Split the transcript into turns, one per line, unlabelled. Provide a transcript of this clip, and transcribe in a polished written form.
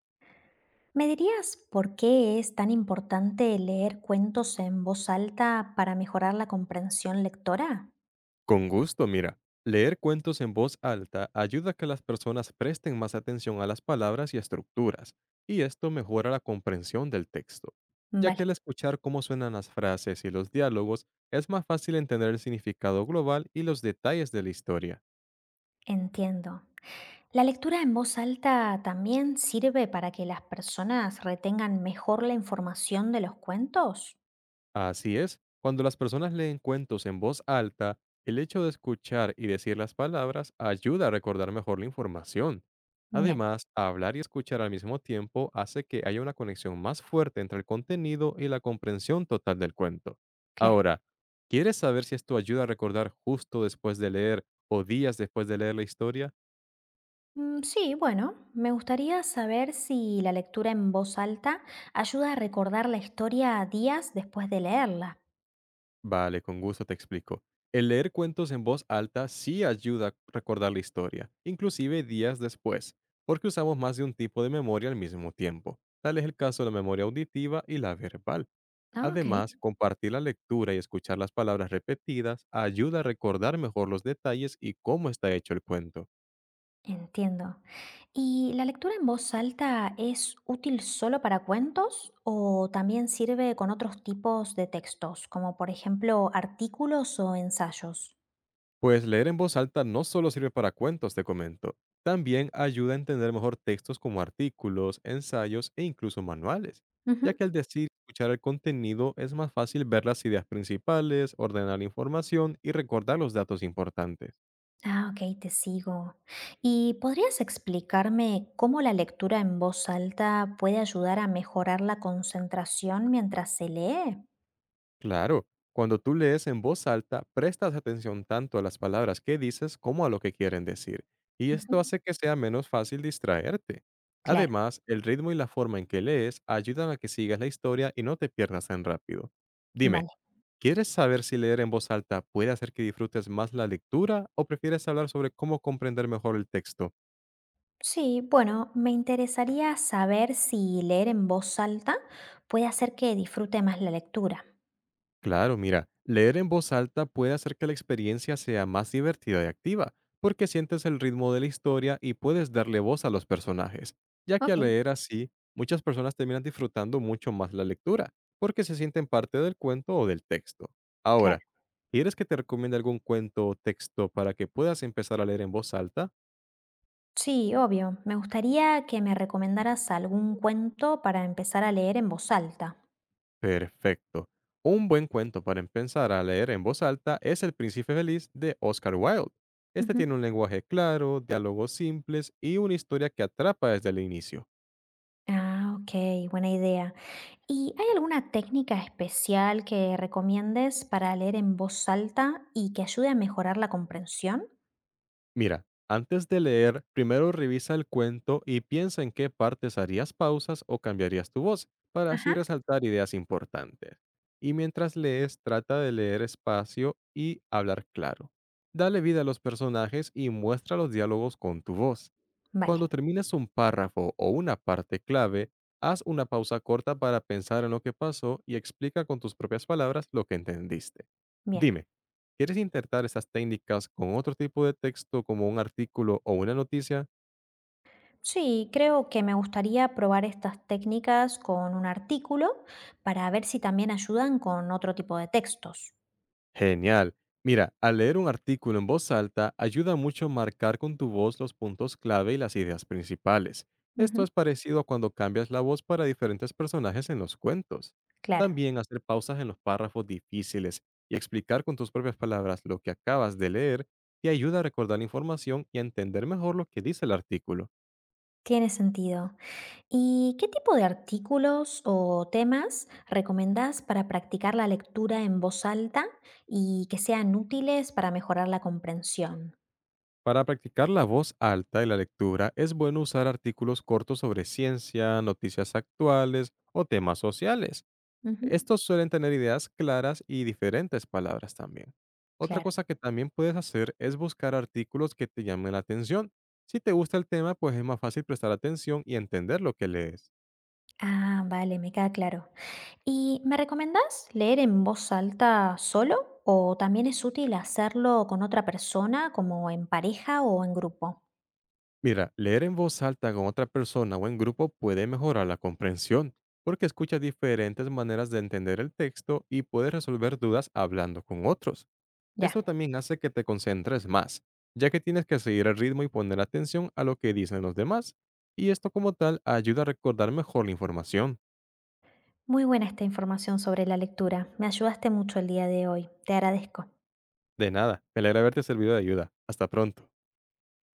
¿Me dirías por qué es tan importante leer cuentos en voz alta para mejorar la comprensión lectora?
Con gusto, mira. Leer cuentos en voz alta ayuda a que las personas presten más atención a las palabras y estructuras, y esto mejora la comprensión del texto, ya que
Vale,
al escuchar cómo suenan las frases y los diálogos es más fácil entender el significado global y los detalles de la historia.
entiendo. La lectura en voz alta también sirve para que las personas retengan mejor la información de los cuentos.
Así es, cuando las personas leen cuentos en voz alta, el hecho de escuchar y decir las palabras ayuda a recordar mejor la información.
Bien,
Además, hablar y escuchar al mismo tiempo hace que haya una conexión más fuerte entre el contenido y la comprensión total del cuento.
claro.
Ahora, ¿quieres saber si esto ayuda a recordar justo después de leer o días después de leer la historia?
Sí, bueno, me gustaría saber si la lectura en voz alta ayuda a recordar la historia días después de leerla.
Vale, con gusto te explico. El leer cuentos en voz alta sí ayuda a recordar la historia, inclusive días después, porque usamos más de un tipo de memoria al mismo tiempo. Tal es el caso de la memoria auditiva y la verbal.
Ah, ok.
Además, compartir la lectura y escuchar las palabras repetidas ayuda a recordar mejor los detalles y cómo está hecho el cuento.
Entiendo. ¿Y la lectura en voz alta es útil solo para cuentos o también sirve con otros tipos de textos, como por ejemplo artículos o ensayos?
Pues leer en voz alta no solo sirve para cuentos, te comento, también ayuda a entender mejor textos como artículos, ensayos e incluso manuales, ya
Ujú.
que al decir y escuchar el contenido es más fácil ver las ideas principales, ordenar la información y recordar los datos importantes.
Ah, ok, te sigo. ¿Y podrías explicarme cómo la lectura en voz alta puede ayudar a mejorar la concentración mientras se lee?
Claro, cuando tú lees en voz alta, prestas atención tanto a las palabras que dices como a lo que quieren decir, y esto
Ujú.
hace que sea menos fácil distraerte.
Claro,
Además, el ritmo y la forma en que lees ayudan a que sigas la historia y no te pierdas tan rápido. Dime,
vale.
¿quieres saber si leer en voz alta puede hacer que disfrutes más la lectura o prefieres hablar sobre cómo comprender mejor el texto?
Sí, bueno, me interesaría saber si leer en voz alta puede hacer que disfrute más la lectura.
Claro, mira, leer en voz alta puede hacer que la experiencia sea más divertida y activa, porque sientes el ritmo de la historia y puedes darle voz a los personajes, ya que al
Ok.
leer así, muchas personas terminan disfrutando mucho más la lectura, porque se sienten parte del cuento o del texto. Ahora,
Claro.
¿quieres que te recomiende algún cuento o texto para que puedas empezar a leer en voz alta?
Sí, obvio. Me gustaría que me recomendaras algún cuento para empezar a leer en voz alta.
Perfecto. Un buen cuento para empezar a leer en voz alta es El Príncipe Feliz de Oscar Wilde. Este
Ujú.
tiene un lenguaje claro, diálogos simples y una historia que atrapa desde el inicio.
Ah, ok, buena idea. ¿Y hay alguna técnica especial que recomiendes para leer en voz alta y que ayude a mejorar la comprensión?
Mira, antes de leer, primero revisa el cuento y piensa en qué partes harías pausas o cambiarías tu voz para así
Ajá.
resaltar ideas importantes. Y mientras lees, trata de leer espacio y hablar claro. Dale vida a los personajes y muestra los diálogos con tu voz.
Vale,
Cuando termines un párrafo o una parte clave, haz una pausa corta para pensar en lo que pasó y explica con tus propias palabras lo que entendiste.
bien.
Dime, ¿quieres intentar esas técnicas con otro tipo de texto como un artículo o una noticia?
Sí, creo que me gustaría probar estas técnicas con un artículo para ver si también ayudan con otro tipo de textos.
Genial. Mira, al leer un artículo en voz alta ayuda mucho marcar con tu voz los puntos clave y las ideas principales. Esto
Ujú,
es parecido a cuando cambias la voz para diferentes personajes en los cuentos.
claro,
También hacer pausas en los párrafos difíciles y explicar con tus propias palabras lo que acabas de leer te ayuda a recordar la información y a entender mejor lo que dice el artículo.
tiene sentido. ¿Y qué tipo de artículos o temas recomendás para practicar la lectura en voz alta y que sean útiles para mejorar la comprensión?
Para practicar la voz alta y la lectura es bueno usar artículos cortos sobre ciencia, noticias actuales o temas sociales.
Ujú,
Estos suelen tener ideas claras y diferentes palabras también. Otra
claro.
cosa que también puedes hacer es buscar artículos que te llamen la atención. Si te gusta el tema, pues es más fácil prestar atención y entender lo que lees.
Ah, vale, me queda claro. ¿Y me recomendás leer en voz alta solo o también es útil hacerlo con otra persona, como en pareja o en grupo?
Mira, leer en voz alta con otra persona o en grupo puede mejorar la comprensión, porque escuchas diferentes maneras de entender el texto y puedes resolver dudas hablando con otros.
Ya,
Esto también hace que te concentres más, ya que tienes que seguir el ritmo y poner atención a lo que dicen los demás, y esto como tal ayuda a recordar mejor la información.
muy buena esta información sobre la lectura. Me ayudaste mucho el día de hoy. Te agradezco.
De nada, me alegra haberte servido de ayuda. Hasta pronto.